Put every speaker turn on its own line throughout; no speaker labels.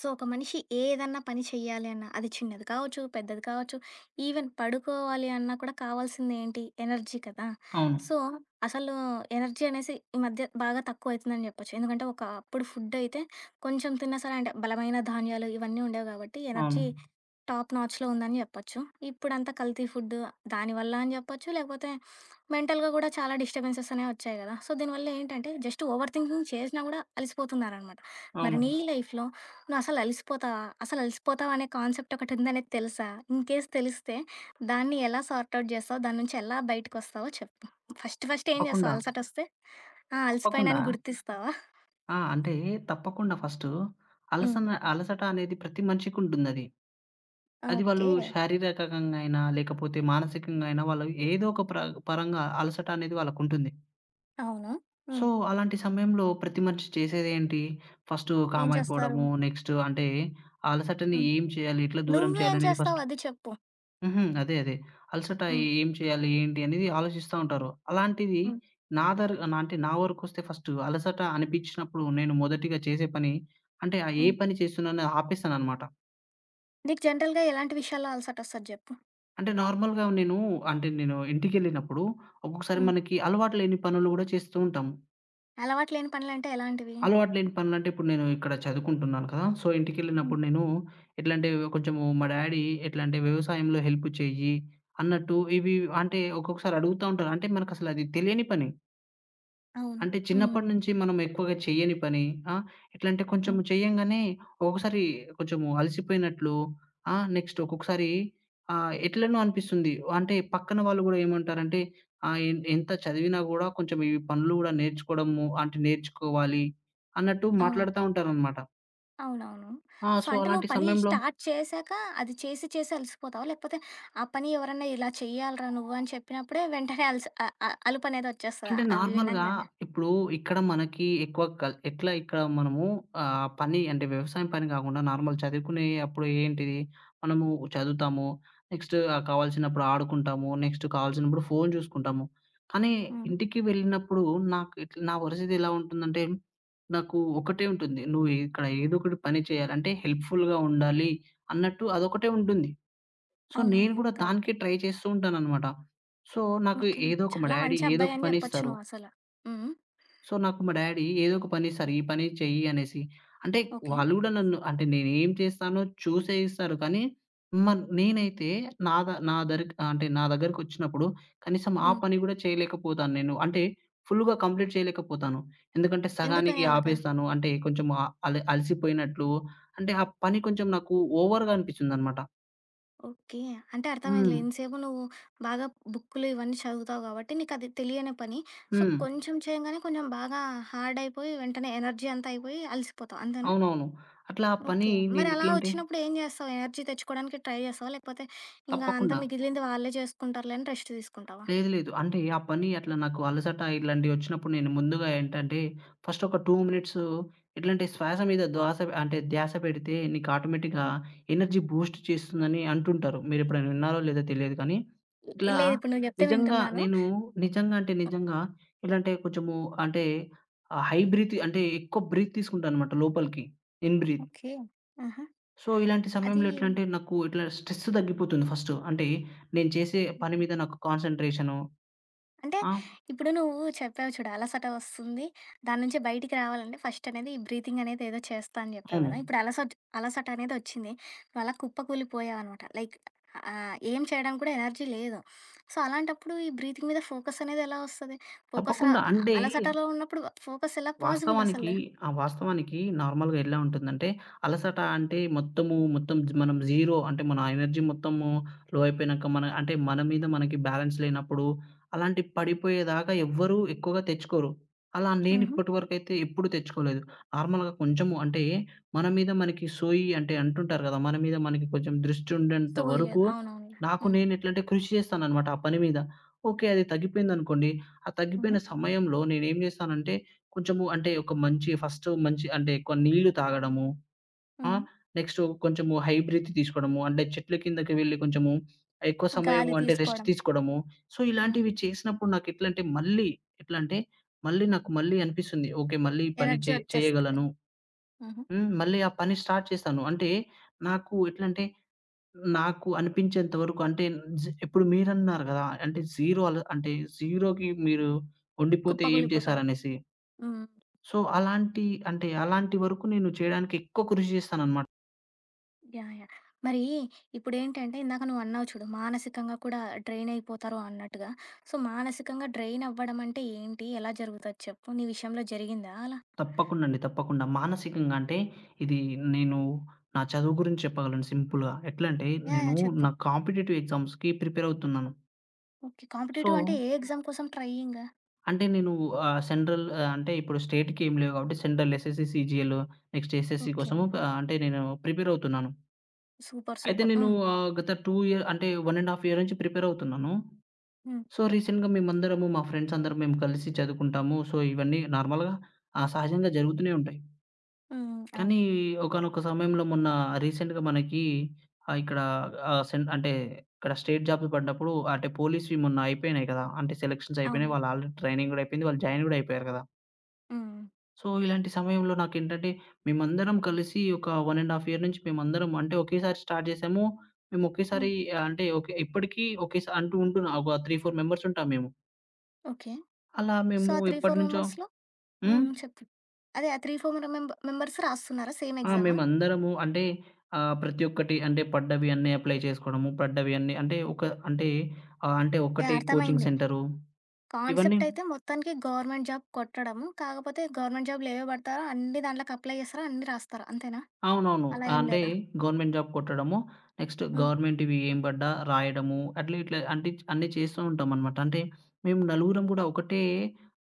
So, ఒక మనిషి ఏదన్నా పని చెయ్యాలి అన్నా, అది చిన్నది కావచ్చు, పెద్దది కావచ్చు, ఈవెన్ పడుకోవాలి అన్నా కూడా కావాల్సిందేంటి? ఎనర్జీ కదా!
అవును.
సో, అసలు ఎనర్జీ అనేసి ఈ మధ్య బాగా తక్కువైతుందని జెప్పొచ్చు. ఎందుకంటే, ఒకప్పుడు ఫుడ్డయితే కొంచెం తిన్నా సరే అంటే బలమైన ధాన్యాలు ఇవన్నీ ఉండేవి గాబట్టి
అవును.
ఎనర్జీ టాప్ నాచ్‌లో ఉందని జెప్పొచ్చు. ఇప్పుడంతా కల్తీ ఫుడ్డు దానివల్ల అని జెప్పొచ్చు, లేకపోతే మెంటల్‌గా గూడా చాలా డిస్టర్బెన్సెస్ అనేవి వచ్చాయి గదా! సో, దీనివల్ల ఏంటంటే, జస్ట్ ఓవర్ థింకింగ్ చేసినా గూడా అలిసిపోతున్నారనమాట. మరి
అవును.
నీ లైఫ్‌లో నువ్వసలు అలిసిపోతావా? అసలు అలిసిపోతావా అనే కాన్సెప్ట్ ఒకటుందనేది తెలుసా? ఇన్ కేస్ తెలిస్తే దాన్ని ఎలా సార్ట్ ఔట్ చేస్తావు? దాని నుంచి ఎలా బయటకొస్తావో చెప్పు? ఫస్ట్ ఫస్ట్ ఏం చేస్తావు
తప్పకుండా.
అలసటొస్తే? ఆ!
తప్పకుండా.
అలసిపోయానని గుర్తిస్తావా?
ఆ! అంటే తప్పకుండా ఫస్టు
హ్మ్.
అలసట అనేది ప్రతి మనిషికుంటుందది.
ఆ!
అది వాళ్ళు
ఓకే.
శారీరకంగా అయినా, లేకపోతే మానసికంగా అయినా వాళ్ళు ఏదో ఒక ప్ర పరంగా అలసట అనేది వాళ్ళకుంటుంది.
అవును. హ్మ్.
సో, అలాంటి సమయంలో ప్రతి మనిషి చేసేదేంటి? ఫస్టు
ఏం చేస్తారు?
కామైపోవడము. నెక్స్ట్ అంటే అలసటని
హ్మ్.
ఏం చేయాలి? ఎట్లా దూరం
నువ్వేం
చేయాలి? అనేది
చేస్తావు
ఫస్ట్
అది చెప్పు?
హుహు. అదే. అదే. అలసట
హ్మ్.
ఏం చేయాలి? ఏంటి? అనేది ఆలోచిస్తా ఉంటారు. అలాంటిది
హ్మ్.
నా దర్ నా అంటే నా వరకొస్తే ఫస్టు అలసట అనిపించినప్పుడు నేను మొదటిగా చేసే పని అంటే ఏ
హ్మ్.
పని చేస్తున్నానో ఆపేస్తాననమాట.
నీకు జనరల్‌గా ఎలాంటి విషయాల్లో అలసటొస్తది జెప్పు?
అంటే నార్మల్‌గా నేను ఇంటికెళ్ళినప్పుడు ఒక్కొక్కసారి
హ్మ్.
మనకి అలవాటు లేని పనులు గూడా చేస్తూ ఉంటాము.
అలవాటు లేని పనులంటే ఎలాంటివి?
అలవాటు లేని పనులంటే ఇప్పుడు నేను ఇక్కడ చదువుకుంటున్నాను కదా! సో,
హ్మ్.
ఇంటికెళ్ళినప్పుడు నేను ఎట్లంటే కొంచెము మా డ్యాడీ ఎట్లంటే "వ్యవసాయంలో హెల్ప్ చెయ్యి" అన్నట్టు ఇవి అంటే ఒక్కొక్కసారి అడుగుతా ఉంటారు. అంటే మనకసలు అది తెలియని పని.
అవును.
అంటే
హ్మ్.
చిన్నప్పటి నుంచి మనం ఎక్కువగా చెయ్యని పని. ఆ! ఎట్లా అంటే కొంచెం
హ్మ్.
చేయంగానే ఒక్కొక్కసారి కొంచెం అలసిపోయినట్లు నెక్స్ట్ ఒక్కొక్కసారి ఎట్లనో అనిపిస్తుంది. అంటే పక్కన వాళ్ళు గూడా ఏమంటారంటే ఆహ్, ఎన్ ఎంత చదివినా గూడా కొంచెం ఈ పనులు గూడా నేర్చుకోవడము అంటే నేర్చుకోవాలి అన్నట్టు
అవును.
మాట్లాడుతా ఉంటారనమాట.
అవునవును. సో,
సో,
అంటే నువ్వు
అలాంటి
పని
సమయంలో
స్టార్ట్ చేశాక అది చేసి చేసి అలసిపోతావా? లేకపోతే ఆ పని ఎవరన్నా ఇలా చెయ్యాలిరా నువ్వు అని చెప్పినప్పుడే వెంటనే అలసి అ అ అలుపనేదొచ్చేస్తదా
అంటే
అవి హ్మ్.
నార్మల్‌గా
వినంగానే?
ఇప్పుడు ఇక్కడ మనకి ఎక్కువ కల్ ఎట్లా ఇక్కడ మనము పని అంటే వ్యవసాయం పని కాకుండా నార్మల్ చదువుకునే అప్పుడు ఏంటిది మనము చదువుతాము. నెక్స్ట్ కావాల్సినప్పుడు ఆడుకుంటాము. నెక్స్ట్ కావాల్సినప్పుడు ఫోను చూసుకుంటాము. కానీ
హ్మ్.
ఇంటికి వెళ్ళినప్పుడు నాకు ఇట్లా నా పరిస్థితి ఎలా ఉంటుందంటే నాకు ఒకటే ఉంటుంది. నువ్వు ఇక్కడ ఏదో ఒకటి పని చేయాలంటే హెల్ప్‌ఫుల్‌గా ఉండాలి అన్నట్టు అదొకటే ఉంటుంది. సో, నేను
అవునవును.
కూడా
కరెక్ట్.
దానికే ట్రై చేస్తూ ఉంటాననమాట. సో, నాకు
ఓకే.
ఏదో ఒక మా
చాలా
డ్యాడీ
మంచి
ఏదో ఒక
అబ్బాయని
పని
చెప్పొచ్చు
ఇస్తారు.
నువ్వసల. హ్మ్.
సో, నాకు మా డ్యాడీ ఏదో ఒక పని ఇస్తారు. ఈ పని చెయ్యి అనేసి. అంటే
ఓకే.
వాళ్ళు గూడా నన్ను అంటే నేనేం చేస్తానో చూసే ఇస్తారు. కానీ నేనైతే నా ద నా దరికి అంటే నా దగ్గరకొచ్చినప్పుడు కనీసం ఆ
హ్మ్.
పని గూడా చేయలేకపోతాను నేను. అంటే ఫుల్‌గా కంప్లీట్ చేయలేకపోతాను. ఎందుకంటే
ఎందుకని
సగానికి
అలాగా?
ఆపేస్తాను. అంటే కొంచెం ఆహ్, అలి అలసిపోయినట్లు. అంటే ఆ పని కొంచెం నాకు ఓవర్‌గా అనిపిచ్చిందనమాట.
ఓకే. అంటే అర్థమైందిలే.
హ్మ్.
ఇంతసేపు నువ్వు బాగా బుక్కులు ఇవన్నీ చదువుతావు కాబట్టి నీకది తెలియని పని. సో,
హ్మ్.
కొంచెం చేయంగానే కొంచెం బాగా హార్డ్ అయిపోయి వెంటనే ఎనర్జీ అంతా అయిపోయి అలసిపోతావు. అంతేనా?
అవునవును. అట్లా ఆ పని
ఓకే. మరి అలా
నేనెట్లంటే
వచ్చినప్పుడు ఏం జేస్తావు? ఎనర్జీ తెచ్చుకోవడానికి ట్రై జేస్తావా? లేకపోతే ఇంగా అంతా
తప్పకుండా.
మిగిలింది వాళ్ళే జేసుకుంటారులే అని రెస్ట్ తీసుకుంటావా?
లేదు. లేదు. అంటే ఆ పని అట్లా నాకు అలసట ఇట్లాంటివొచ్చినప్పుడు నేను ముందుగా ఏంటంటే, ఫస్ట్ ఒక 2 మినిట్స్ ఎట్లంటే శ్వాస మీద ద్వాస అంటే ధ్యాస పెడితే నీకు ఆటోమేటిక్‌గా
హ్మ్.
ఎనర్జీ బూస్ట్ చేస్తుందని అంటుంటారు. మీరెప్పుడైనా విన్నారో లేదో తెలియదు కానీ, ఇట్లా
లేదు, ఇప్పుడు నువ్వు జెప్తే
నిజంగా
వింటున్నాను.
నేను నిజంగా ఎలా అంటే కొంచెము అంటే ఆహ్, హై బ్రీత్ అంటే ఎక్కువ బ్రీత్ తీసుకుంటానన్నమాట లోపలికి. In breath.
ఓకే. ఆహా!
సో, ఇలాంటి
అది
సమయంలో ఎట్లంటే నాకు ఇట్లా స్ట్రెస్ తగ్గిపోతుంది ఫస్ట్. అంటే నేను చేసే పని మీద నాకు కాన్సంట్రేషను.
అంటే
ఆ!
ఇప్పుడు నువ్వు చెప్పావు చూడు అలసట వస్తుంది. దాని నుంచి బయటికి రావాలంటే ఫస్ట్ అనేది ఈ బ్రీతింగ్ అనేది ఏదో చేస్తా అని చెప్పావు
అవును.
గదా! ఇప్పుడు అలసట అలసట అనేది వచ్చింది. నువ్వు అలా కుప్పకూలిపోయావనమాట. లైక్ ఏం చేయడానికి కూడా ఎనర్జీ లేదు. సో, అలాంటప్పుడు ఈ బ్రీతింగ్ మీద ఫోకస్ అనేది ఎలా వస్తది? ఫోకస్ రా
తప్పకుండా. అంటే, హ్మ్.
అలసటలో ఉన్నప్పుడు ఫోకస్ ఎలా పాసిబుల్
వాస్తవానికి
అసలు?
వాస్తవానికి నార్మల్‌గా ఎలా ఉంటుందంటే, అలసట అంటే మొత్తం జి మనం జీరో అంటే మన ఎనర్జీ మొత్తము లో అయిపోయినాక మన మీద మనకి బ్యాలెన్స్ లేనప్పుడు, అలాంటి పడిపోయేదాకా ఎవ్వరూ ఎక్కువగా తెచ్చుకోరు. అలా నేను
హుహు.
ఇప్పటి వరకైతే ఎప్పుడు తెచ్చుకోలేదు. నార్మల్‌గా కొంచెము అంటే మన మీద మనకి సోయి అంటే అంటుంటారు కదా! మన మీద మనకి కొంచెం దృష్టి ఉండేంత
సోయలేదు.
వరకు
అవునవునులే.
నాకు
హ్మ్.
నేను ఎట్లంటే కృషి చేస్తాననమాట ఆ పని మీద. ఓకే. అది తగ్గిపోయిందనుకోండి, ఆ
హుహు.
తగ్గిపోయిన సమయంలో నేనేం చేస్తానంటే కొంచెము అంటే ఒక మంచి ఫస్ట్ మంచి అంటే ఎక్కువ నీళ్లు తాగడము. ఆ!
హ్మ్.
నెక్స్టు కొంచెము హై బ్రీత్ తీసుకోవడము. అంటే చెట్ల కిందకి వెళ్లి కొంచెము ఎక్కువ సమయము
గాలి
అంటే రెస్ట్
తీసుకోవడం.
తీసుకోవడము. సో,
హ్మ్.
ఇలాంటివి చేసినప్పుడు నాకెట్లంటే ఎట్లంటే మళ్ళీ నాకు మళ్ళీ అనిపిస్తుంది. ఓకే. మళ్ళీ ఈ పని
ఎనర్జీ వచ్చేస్తది.
చేయగలను.
హుహు.
మళ్ళీ ఆ పని స్టార్ట్ చేస్తాను. అంటే నాకు ఎట్లంటే నాకు అనిపించేంత వరకు అంటే ఇప్పుడు మీరన్నారు గదా! అంటే 0 అల అంటే 0కి మీరు ఉండిపోతే ఏం
కుప్పకూలిపోతారు.
చేశారనేసి.
హ్మ్.
సో, అలాంటి వరకు నేను చేయడానికి ఎక్కువ కృషి చేస్తాననమాట.
యాహ్! యాహ్! మరి ఇప్పుడేంటంటే ఇందాక నువ్వు అన్నావు చూడు, మానసికంగా కూడా డ్రైన్ అయిపోతారు అన్నట్టుగా. సో, మానసికంగా డ్రైన్ అవ్వడం అంటే ఏంటి? ఎలా జరుగుతది చెప్పు? నీ విషయంలో జరిగిందా అలా?
తప్పకుండా అండి. తప్పకుండా. మానసికంగా అంటే, ఇది నేను నా చదువు గురించి చెప్పగలను సింపుల్‌గా. ఎట్లంటే,
యాహ్! యాహ్!
నేను
చెప్పు.
నా కాంపిటీటివ్ ఎగ్జామ్స్‌కి ప్రిపేర్ అవుతున్నాను.
ఓకే.
సో,
కాంపిటీటివ్ అంటే ఏ ఎగ్జామ్ కోసం ట్రయింగా?
అంటే నేను ఆహ్, సెంట్రల్ ఆహ్, అంటే ఇప్పుడు స్టేట్‌కి ఏం లేవు కాబట్టి, central SSC, CGL, next SSC
okay.
కోసము ఆహ్, అంటే నేను ప్రిపేర్ అవుతున్నాను.
సూపర్.
అయితే
సూపర్.
నేను
హ్మ్.
గత 2 ఇయర్ అంటే 1 ½ ఇయర్ నుంచి ప్రిపేర్ అవుతున్నాను.
హ్మ్.
సో, రీసెంట్‌గా మా ఫ్రెండ్స్ అందరం మేము కలిసి చదువుకుంటాము. సో, ఇవన్నీ నార్మల్‌గా సహజంగా జరుగుతూనే ఉంటాయి.
హ్మ్.
కానీ
అవును.
ఒకానొక సమయంలో మొన్న రీసెంట్‌గా మనకి ఇక్కడ ఆహ్, సెన్ అంటే ఇక్కడ స్టేట్ జాబ్స్ పడ్డప్పుడు అంటే పోలీస్‌వి మొన్న అయిపోయినాయి కదా! అంటే సెలక్షన్స్ అయిపోయినాయి.
అవును.
వాళ్ళు ఆల్రెడీ ట్రైనింగ్ గూడా అయిపోయింది. వాళ్ళు జాయిన్ గూడా అయిపోయారు కదా!
హ్మ్.
సో, ఇలాంటి సమయంలో నాకేంటంటే మేమందరం కలిసి ఒక 1 ½ ఇయర్ నుంచి మేమందరం అంటే ఒకేసారి స్టార్ట్ చేసాము. మేము
హ్మ్.
ఒకేసారి ఆహ్, అంటే ఓకే ఇప్పటికి ఒకేసా అంటూ ఉంటున్నా ఒక 3, 4 మెంబర్స్ ఉంటాం మేము.
ఓకే.
అలా
సో,
మేము
ఆ 3, 4
ఎప్పటినుంచో
మెంబర్స్‌లో
హ్మ్.
హ్మ్. చెప్పు. అదే ఆ 3, 4 మెంబర్స్ రాస్తున్నారా సేమ్
ఆ!
ఎగ్జామా?
మేమందరము అంటే ప్రతి ఒక్కటి అంటే పడ్డవి అన్నీ అప్లై చేసుకోవడము, పడ్డవి అన్నీ అంటే ఒక అంటే ఆహ్, అంటే
యాహ్!
ఒకటి కోచింగ్
అర్థమైంది.
సెంటరు ఇవన్నీ
కాన్సెప్ట్ అయితే మొత్తానికి గవర్నమెంట్ జాబ్ కొట్టడము. కాకపోతే గవర్నమెంట్ జాబ్‌లో ఏవేవి పడతారో అన్ని దాంట్లోకి అప్లై చేస్తారా? అన్ని రాస్తారా? అంతేనా?
అవునవును.
అలా ఏం
అంటే
లేదా?
గవర్నమెంట్ జాబ్ కొట్టడము, నెక్స్ట్
హ్మ్.
గవర్నమెంట్‌వి ఏం పడ్డా రాయడము అట్లా ఇట్లా అంటే అన్నీ చేస్తూ ఉంటామనమాట. అంటే మేము నలుగురం కూడా ఒకటే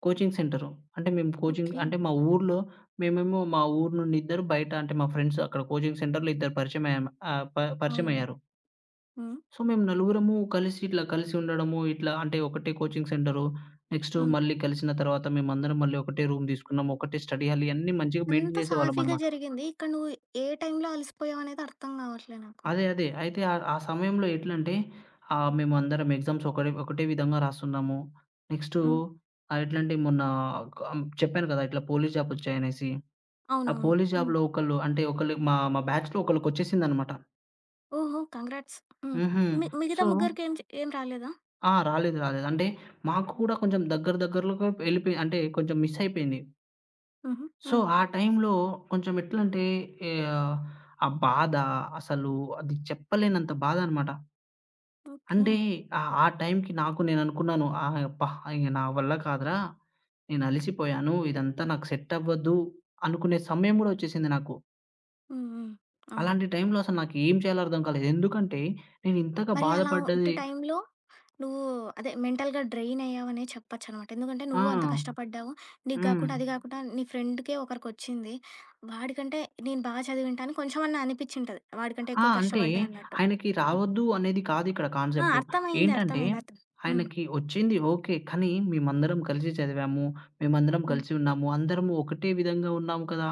కోచింగ్ సెంటరు. అంటే మేము కోచింగ్
ఓకే.
అంటే మా ఊర్లో మేమేమో మా ఊరు నుండి ఇద్దరు బయట అంటే మా ఫ్రెండ్స్ అక్కడ కోచింగ్ సెంటర్‌లో ఇద్దరు పరిచయం అయ్యాం ఆహ్, ప
అవునవును.
పరిచయమయ్యారు.
హ్మ్.
సో, మేము నలుగురము కలిసి ఇట్లా కలిసి ఉండడము, ఇట్లా అంటే ఒకటే కోచింగ్ సెంటరు. నెక్స్ట్
హ్మ్.
మళ్ళీ కలిసిన తర్వాత మేమందరం మళ్ళీ ఒకటే రూమ్ తీసుకున్నాము. ఒకటే స్టడీ హాల్ ఇయన్నీ మంచిగా
అంత
మెయింటైన్
సాఫీగా
చేసేవాళ్ళమనమాట.
జరిగింది. ఇక్కడ నువ్వు ఏ టైంలో అలసిపోయావనేది అర్థం కావట్లే నాకు.
అదే అదే. అయితే ఆ ఆ సమయంలో ఎట్లంటే మేమందరం ఎగ్జామ్స్ ఒకటే విధంగా రాస్తున్నాము. నెక్స్టు
హ్మ్.
ఆహ్, ఎట్లంటే మొన్న చెప్పాను కదా! ఇట్లా పోలీస్ జాబ్ వచ్చాయనేసి. ఆ
అవునవును.
పోలీస్
హ్మ్.
జాబ్‌లో ఒకళ్ళు మా మా బ్యాచ్‌లో ఒకళ్ళకొచ్చేసిందనమాట.
ఓహో! కంగ్రాట్స్. హ్మ్.
హుహు.
మిగతా
సో
ముగ్గురికి ఏం రాలేదా?
ఆ! రాలేదు. రాలేదు. అంటే మాకు కూడా కొంచెం దగ్గరలోగా వెళ్ళిపోయి అంటే కొంచెం మిస్ అయిపోయింది.
హుహు.
సో,
హ్మ్.
ఆ టైంలో కొంచెం ఎట్లంటే ఆహ్, ఆ బాధ అసలు అది చెప్పలేనంత బాధనమాట.
ఓకే.
అంటే ఆ టైంకి నాకు నేననుకున్నాను. అబ్బా! ఇగ నా వల్ల కాదురా! నేను అలిసిపోయాను. ఇదంతా నాకు సెట్ అవ్వదు అనుకునే సమయం కూడా వచ్చేసింది నాకు.
హ్మ్. హ్మ్. అవును.
అలాంటి టైంలో అసలు నాకు ఏం చేయాలో అర్థం కాలేదు. ఎందుకంటే నేను ఇంతగా
మరి అలా ఇట్టి
బాధపడ్డది.
టైంలో నువ్వు అదే మెంటల్‌గా డ్రెయిన్ అయ్యావనే చెప్పొచ్చనమాట. ఎందుకంటే
ఆ!
నువ్వు అంత కష్టపడ్డావు. నీకు
హ్మ్.
గాకుండా అది గాకుండా నీ ఫ్రెండ్‌కే ఒకరికొచ్చింది. వాడికంటే నేను బా చదివింటా అని కొంచెమన్నా అనిపిచ్చింటది. వాడికంటే
ఆ!
ఎక్కువ
అంటే
కష్టపడ్డా అన్నట్టు.
ఆయనకి
హ్మ్.
రావద్దు అనేది కాదిక్కడ
ఆ!
కాన్సెప్టు.
అర్థమైంది.
ఏంటంటే
అర్థమైంది. అర్థం హ్మ్.
ఆయనకి వచ్చింది ఓకే. కానీ మేమందరం కలిసి చదివాము. మేమందరం
హ్మ్.
కలిసి ఉన్నాము. అందరము ఒకటే విధంగా ఉన్నాము కదా!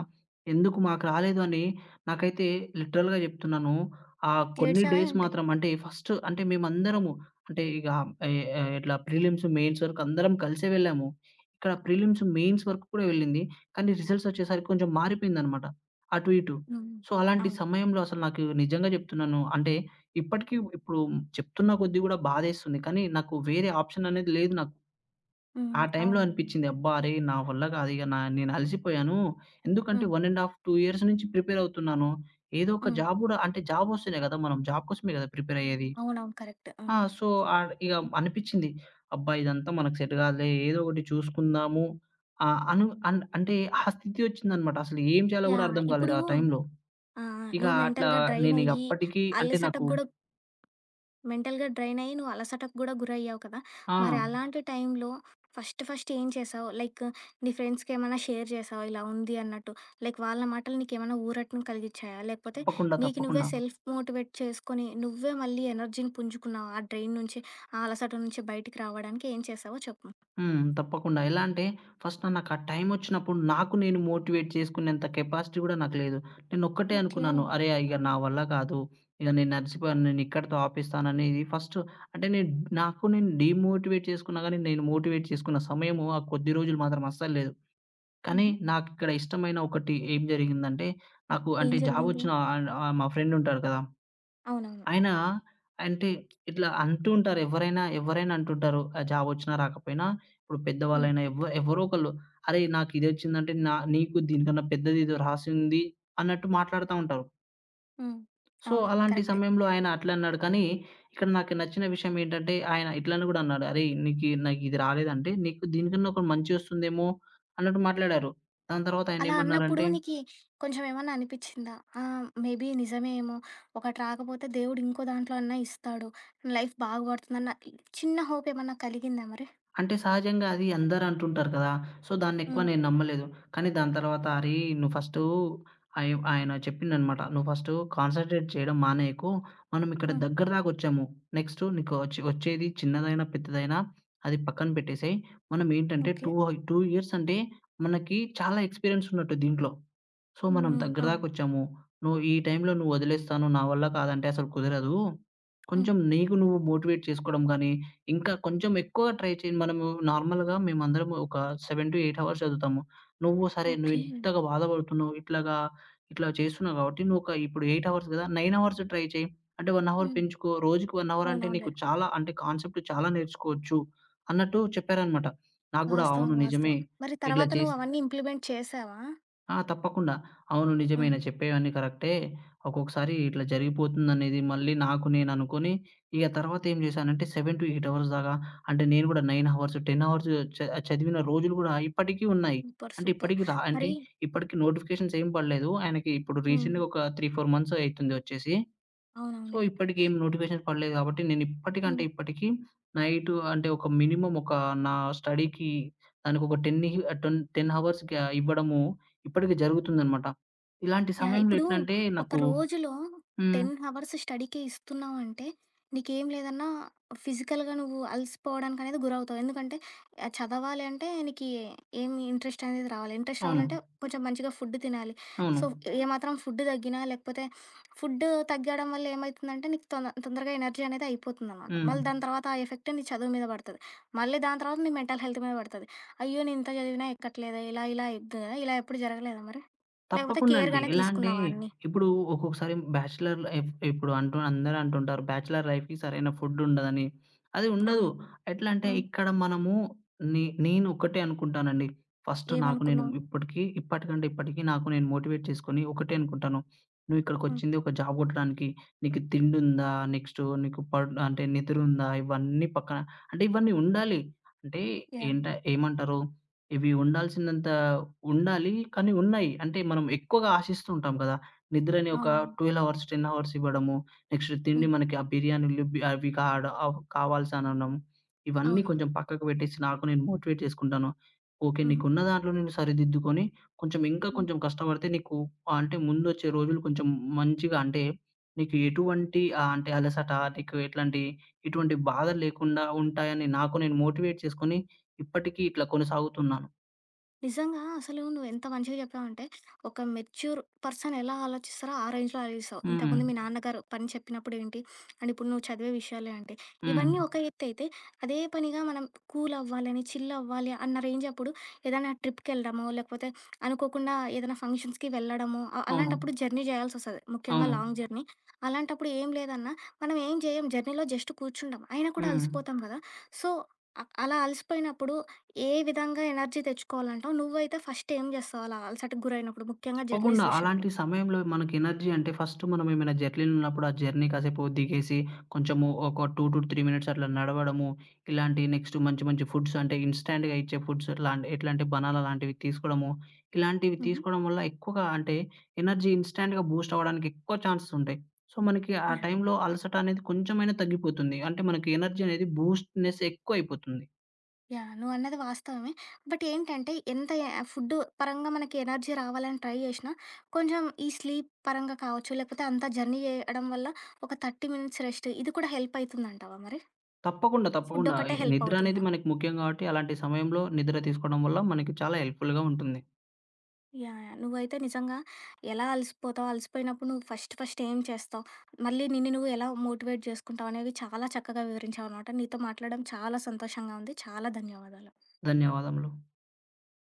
ఎందుకు మాకు రాలేదు అని నాకైతే లిటరల్‌గా చెప్తున్నాను. ఆ కొన్ని
ఏడ్చావా
డేస్
ఏంటి?
మాత్రం అంటే ఫస్ట్ అంటే మేమందరము అంటే ఇక ఎ ఎ ఇట్లా ప్రిలిమ్స్, మెయిన్స్ వరకు అందరం కలిసే వెళ్ళాము. ఇక్కడ
హ్మ్.
ప్రిలిమ్స్, మెయిన్స్ వరకు కూడా వెళ్ళింది. కానీ రిజల్ట్స్ వచ్చేసరికి కొంచెం మారిపోయిందనమాట. అటు ఇటు.
హ్మ్.
సో, అలాంటి
అవును.
సమయంలో అసలు నాకు నిజంగా చెప్తున్నాను. అంటే ఇప్పుడు చెప్తున్న కొద్దీ గూడా బాధేస్తుంది. కానీ నాకు వేరే ఆప్షన్ అనేది లేదు నాకు. ఆ
హ్మ్.
టైంలో
అవునండి.
అనిపిచ్చింది. అబ్బా! అరే! నా వల్ల కాదు ఇగ నేను అలసిపోయాను. ఎందుకంటే
హ్మ్.
1 ½ 2 ఇయర్స్ నుంచి ప్రిపేర్ అవుతున్నాను. ఏదో ఒక
హ్మ్.
జాబ్ గూడా అంటే జాబ్ వస్తేనే కదా! మనం జాబ్ కోసమే కదా! ప్రిపేర్ అయ్యేది.
అవునవును. కరెక్ట్. హ్మ్.
ఆ! సో, ఆహ్, ఇగ అనిపిచ్చింది. అబ్బా! ఇదంతా మనకు సెట్ కాదులే. ఏదో ఒకటి చూసుకుందాము. ఆహ్, అను అన్ అంటే ఆ స్థితి వచ్చిందనమాట. అసలు ఏం చేయాలో గూడా
యాహ్! హ్మ్.
అర్థం
ఇప్పుడు
కాలేదు ఆ టైంలో.
ఆ! ఆ!
ఇక
నువ్వు
అట్లా
మెంటల్‌గా డ్రైన్
నేనిగ
అయ్యి
అప్పటికి అంటే
అలసటకు
నాకు
గూడా మెంటల్‌గా డ్రైన్ అయ్యి నువ్వు అలసటకు గూడా గురయ్యావు కదా!
ఆ!
మరి అలాంటి టైంలో ఫస్ట్ ఫస్ట్ ఏం చేశావు? లైక్ నీ ఫ్రెండ్స్‌కేమైనా షేర్ చేశావా ఇలా ఉంది అన్నట్టు? లైక్ వాళ్ళ మాటలు నీకేమైనా ఊరటను కలిగించాయా? లేకపోతే
తప్పకుండా.
నీకు నువ్వే
తప్పకుండా.
సెల్ఫ్ మోటివేట్ చేసుకొని నువ్వే మళ్ళీ ఎనర్జీని పుంజుకున్నావా? ఆ డ్రైన్ నుంచి, ఆ అలసట నుంచి బయటికి రావడానికి ఏం చేశావో చెప్పు?
హ్మ్. తప్పకుండా. ఎలా అంటే ఫస్ట్ నాకు ఆ టైం వచ్చినప్పుడు నాకు నేను మోటివేట్ చేసుకునేంత కెపాసిటీ గూడా నాకు లేదు. నేనొక్కటే
ఓకే.
అనుకున్నాను. అరే! ఇగ
ఆ!
నా వల్ల కాదు. ఇగ నేను అలసిపోయాను. నేనిక్కడితో ఆపేస్తాననేది ఫస్ట్. అంటే నేను నాకు నేను డీమోటివేట్ చేసుకున్నా గానీ, నేను మోటివేట్ చేసుకున్న సమయము ఆ కొద్ది రోజులు మాత్రం అస్సలు లేదు. కానీ
హుహు.
నాకిక్కడ ఇష్టమైన ఒకటి ఏం జరిగిందంటే నాకు
ఏం
అంటే జాబ్
జరిగింది?
వచ్చిన ఆహ్, ఆహ్, మా ఫ్రెండ్ ఉంటాడు కదా!
అవునవును.
ఆయన అంటే ఇట్లా అంటూ ఉంటారు. ఎవరైనా అంటుంటారు. జాబొచ్చినా రాకపోయినా ఇప్పుడు
హ్మ్.
పెద్దవాళ్ళైనా ఎవరో ఒకళ్ళు "అరేయ్! నాకిదొచ్చిందంటే నీకు దీనికన్నా పెద్దదేదో రాసుంది" అన్నట్టు మాట్లాడుతా ఉంటారు.
హ్మ్.
సో,
అవునవును.
అలాంటి
కరెక్టే.
సమయంలో ఆయన అట్లన్నాడు. కానీ ఇక్కడ నాకు నచ్చిన విషయం ఏంటంటే ఆయన ఇట్లని గూడా అన్నాడు. "అరేయ్! నాకిది రాలేదంటే నీకు దీనికన్నా ఒకటి మంచిగొస్తుందేమో" అన్నట్టు మాట్లాడారు. దాని తర్వాత
అలా అన్నప్పుడు
ఆయనేమన్నారంటే
నీకి కొంచెం ఏమన్నా అనిపిచ్చిందా? మేబీ నిజమేమో! ఒకటి రాకపోతే దేవుడు ఇంకో దాంట్లో అన్నా ఇస్తాడు. లైఫ్ బాగుపడుతుందన్న చిన్న హోప్ ఏమన్నా కలిగిందా మరి?
అంటే సహజంగా అది అందరూ అంటుంటారు కదా! సో, దాన్నెక్కువ
హ్మ్.
నేను నమ్మలేదు. కానీ దాని తర్వాత అరేయ్! నువ్వు ఫస్టు ఆయ ఆయన చెప్పిండనమాట. "నువ్వు ఫస్టు కాన్సంట్రేట్ చేయడం మానేయకు. మనం ఇక్కడ
హ్మ్.
దగ్గర దాకొచ్చాము. నెక్స్టు నీకు వచ్చి వచ్చేది చిన్నదైనా, పెద్దదైనా అది పక్కన పెట్టేసేయి. మనం ఏంటంటే
ఓకే.
2 ఇయర్స్ అంటే మనకి చాలా ఎక్స్‌పీరియన్స్ ఉన్నట్టు దీంట్లో. సో,
హ్మ్.
మనం
హ్మ్.
దగ్గర
అవును.
దాకొచ్చాము. నువ్వు ఈ టైంలో నువ్వు వదిలేస్తాను, నా వల్ల కాదంటే అసలు కుదరదు.
హ్మ్.
కొంచెం నీకు నువ్వు మోటివేట్ చేసుకోవడం గానీ, ఇంకా కొంచెం ఎక్కువ ట్రై చేయండి. మనము నార్మల్‌గా మేమందరము ఒక 7-8 అవర్స్ చదువుతాము. నువ్వు సరే నువ్వు
ఓకే.
ఇంతగా బాధపడుతున్నావు. ఇట్లా చేస్తున్నావు కాబట్టి నువ్వు ఒక ఇప్పుడు 8 అవర్స్ కదా! 9 అవర్స్ ట్రై చేయి. అంటే 1 అవర్
హ్మ్.
పెంచుకో. రోజుకి 1 అవర్ అంటే
అవునవునులే.
నీకు చాలా అంటే కాన్సెప్ట్ చాలా నేర్చుకోవచ్చు అన్నట్టు చెప్పారనమాట. నాకు గూడా
వాస్తవం.
అవును
వాస్తవం.
నిజమే.
మరి
ఇట్లా
తర్వాత నువ్వు
చేస్తే
అవన్నీ ఇంప్లిమెంట్ చేశావా?
ఆ! తప్పకుండా. అవును. నిజమేనే
హుహు.
చెప్పేవన్నీ కరెక్టే. ఒక్కొక్కసారి ఇట్లా జరిగిపోతుందనేది మళ్ళీ నాకు నేను అనుకోని, ఇగ తర్వాత ఏం చేశానంటే 7-8 అవర్స్ దాకా అంటే నేను కూడా 9 అవర్స్, 10 అవర్స్ చ చదివిన రోజులు కూడా ఇప్పటికీ ఉన్నాయి.
సూపర్.
అంటే
సూపర్.
ఇప్పటికి రా అంటే
మరి
ఇప్పటికి నోటిఫికేషన్స్ ఏం పడలేదు. ఆయనకి ఇప్పుడు
హ్మ్.
రీసెంట్‌గా ఒక 3, 4 మంత్స్ అయితుంది వచ్చేసి. సో,
అవునవునులే.
ఇప్పటికేం నోటిఫికేషన్స్ పడలేదు గాబట్టి,
హ్మ్.
ఇప్పటికి నైటు అంటే, ఒక మినిమమ్ ఒక నా స్టడీకి దానికొక 10 హి ఆహ్, టొన్ 10 హవర్స్ గ్యా ఇవ్వడము ఇప్పటికి జరుగుతుందనమాట. ఇలాంటి
యాహ్!
సమయంలో
ఇప్పుడు
ఎట్లంటే
ఒక
నాకు
రోజులో 10
హ్మ్.
అవర్స్ స్టడీకే ఇస్తున్నావు అంటే, నీకేం లేదన్నా ఫిజికల్‌గా నువ్వు అలసిపోవడానికనేది గురవుతావు. ఎందుకంటే చదవాలి అంటే నీకి ఏమి ఇంట్రెస్ట్ అనేది రావాలి. ఇంట్రెస్ట్ రావాలంటే
అవును.
కొంచెం మంచిగా ఫుడ్ తినాలి.
అవును.
సో, ఏమాత్రం ఫుడ్ తగ్గినా లేకపోతే ఫుడ్ తగ్గడం వల్ల ఏమైతుందంటే నీకు తొందరగా ఎనర్జీ అనేది అయిపోతుందనమాట.
హ్మ్.
మళ్ళీ దాని తర్వాత ఆ ఎఫెక్ట్ నీ చదువు మీద పడతది. మళ్ళీ దాని తర్వాత నీ మెంటల్ హెల్త్ మీద పడతది. అయ్యో! నేను ఇంత చదివినా ఎక్కట్లేదా ఇలా ఇలా అయిద్ది కదా! ఇలా ఎప్పుడు జరగలేదా మరి? లేకపోతే
తప్పకుండా అండి.
కేర్‌గానే
ఎలా అంటే
తీసుకున్నావా అన్నీ?
ఇప్పుడు ఒక్కొక్కసారి బ్యాచిలర్ లైఫ్ ఇప్పుడు అంటూ అందరూ అంటుంటారు బ్యాచిలర్ లైఫ్‌కి సరైన ఫుడ్ ఉండదని. అది ఉండదు.
అవునవును.
ఎట్లా అంటే
హ్మ్.
ఇక్కడ మనము నే నేను ఒక్కటే అనుకుంటానండి. ఫస్ట్ నాకు నేను
ఏమనుకున్నావు?
ఇప్పటికి నాకు నేను మోటివేట్ చేసుకొని ఒకటే అనుకుంటాను. నువ్వు
హ్మ్.
ఇక్కడికొచ్చింది ఒక జాబ్ కొట్టడానికి. నీకు తిండుందా? నెక్స్ట్ నీకు పడ్ అంటే నిద్రుందా? ఇవన్నీ ఉండాలి. అంటే
యాహ్!
ఏంట ఏమంటారు? ఇవి ఉండాల్సినంత ఉండాలి. కానీ ఉన్నాయి. అంటే మనం ఎక్కువగా ఆశిస్తూ ఉంటాం కదా! నిద్రని ఒక
అవునవును.
12 అవర్స్, 10 అవర్స్ ఇవ్వడము. నెక్స్ట్ తిండి
హ్మ్.
మనకి ఆ బిర్యానీలు బి అవి కాడ అవ్ కావాల్సనడం. ఇవన్నీ
అవునవును.
కొంచెం పక్కకు పెట్టేసి నాకు నేను మోటివేట్ చేసుకుంటాను. ఓకే.
హుహు.
నీకున్న దాంట్లో నేను సరిదిద్దుకొని కొంచెం ఇంకా
హ్మ్.
కొంచెం కష్టపడితే నీకు ఆ అంటే ముందొచ్చే రోజులు కొంచెం మంచిగా అంటే నీకు ఎటువంటి ఆహ్, అంటే అలసట నీకు ఎట్లాంటి ఎటువంటి బాధలు లేకుండా ఉంటాయని నాకు నేను మోటివేట్ చేసుకొని ఇప్పటికి ఇట్లా కొనసాగుతున్నాను.
నిజంగా అసలు నువ్వు ఎంత మంచిగా చెప్పావంటే, ఒక మెచ్యూర్ పర్సన్ ఎలా ఆలోచిస్తారో ఆ రేంజ్‌లో ఆలోచిస్తావు.
హ్మ్.
ఇంతకుముందు మీ నాన్నగారు పని చెప్పినప్పుడు ఏంటి, అండ్ ఇప్పుడు నువ్వు చదివే విషయాలే అంటే,
హ్మ్.
ఇవన్నీ ఒక ఎత్తైతే, అదే పనిగా మనం కూల్ అవ్వాలని, చిల్ అవ్వాలి అన్న రేంజ్ అప్పుడు ఏదైనా ట్రిప్‌కెళ్ళడమో, లేకపోతే అనుకోకుండా ఏదైనా ఫంక్షన్స్‌కి వెళ్ళడమో,
అవును.
అలాంటప్పుడు జర్నీ చేయాల్సొస్తది. ముఖ్యంగా
అవును.
Long journey. అలాంటప్పుడు ఏం లేదన్నా మనం ఏం చేయం జర్నీలో జస్ట్ కూర్చుంటాం. అయినా కూడా
హ్మ్.
అలసిపోతాం కదా! సో, అలా అలసిపోయినప్పుడు ఏ విధంగా ఎనర్జీ తెచ్చుకోవాలంటావు? నువ్వైతే ఫస్ట్ ఏం చేస్తావు అలా అలసటకు గురైనప్పుడు? ముఖ్యంగా
తప్పకుండా.
జర్నీస్ విషయంలో.
అలాంటి సమయంలో మనకి ఎనర్జీ అంటే ఫస్ట్ మనం ఏమైనా జర్నీలో ఉన్నప్పుడు ఆ జర్నీ కాసేపు దిగేసి కొంచెము ఒక 2-3 మినిట్స్ అట్లా నడవడము, ఇలాంటి నెక్స్ట్ మంచి మంచి ఫుడ్స్ అంటే ఇన్‌స్టాంట్‌గా ఇచ్చే ఫుడ్స్ లాంటి ఎట్లా అంటే బనానా లాంటివి తీసుకోవడము, ఇలాంటివి
హుహు.
తీసుకోవడం వల్ల ఎక్కువగా అంటే ఎనర్జీ ఇన్‌స్టాంట్‌గా బూస్ట్ అవ్వడానికి ఎక్కువ ఛాన్సెస్ ఉంటాయి. సో, మనకి ఆ
యాహ్!
టైంలో అలసట అనేది కొంచెమైనా తగ్గిపోతుంది. అంటే మనకి ఎనర్జీ అనేది బూస్ట్‌నెస్ ఎక్కువైపోతుంది.
యాహ్! నువ్వన్నది వాస్తవమే. బట్ ఏంటంటే ఎంత ఫుడ్ పరంగా మనకి ఎనర్జీ రావాలని ట్రై చేషినా, కొంచెం ఈ స్లీప్ పరంగా కావచ్చు, లేకపోతే అంతా జర్నీ చేయడం వల్ల ఒక 30 మినిట్స్ రెస్ట్ ఇది కూడా హెల్ప్ అయితుందంటావా మరి? ఫుడ్
తప్పకుండా.
ఒకటే
ఈ
హెల్ప్
నిద్ర
అవుతుందా?
అనేది మనకి ముఖ్యం గాబట్టి, అలాంటి సమయంలో నిద్ర తీసుకోవడం వల్ల మనకి చాలా హెల్ప్‌ఫుల్‌గా ఉంటుంది.
యాహ్! యాహ్! నువ్వైతే నిజంగా ఎలా అలసిపోతావు, అలసిపోయినప్పుడు నువ్వు ఫస్ట్ ఫస్ట్ ఏం చేస్తావు, మళ్ళీ నిన్ను నువ్వు ఎలా మోటివేట్ జేసుకుంటావు అనేవి చాలా చక్కగా వివరించావనమాట. నీతో మాట్లాడడం చాలా సంతోషంగా ఉంది. చాలా ధన్యవాదాలు.
ధన్యవాదములు.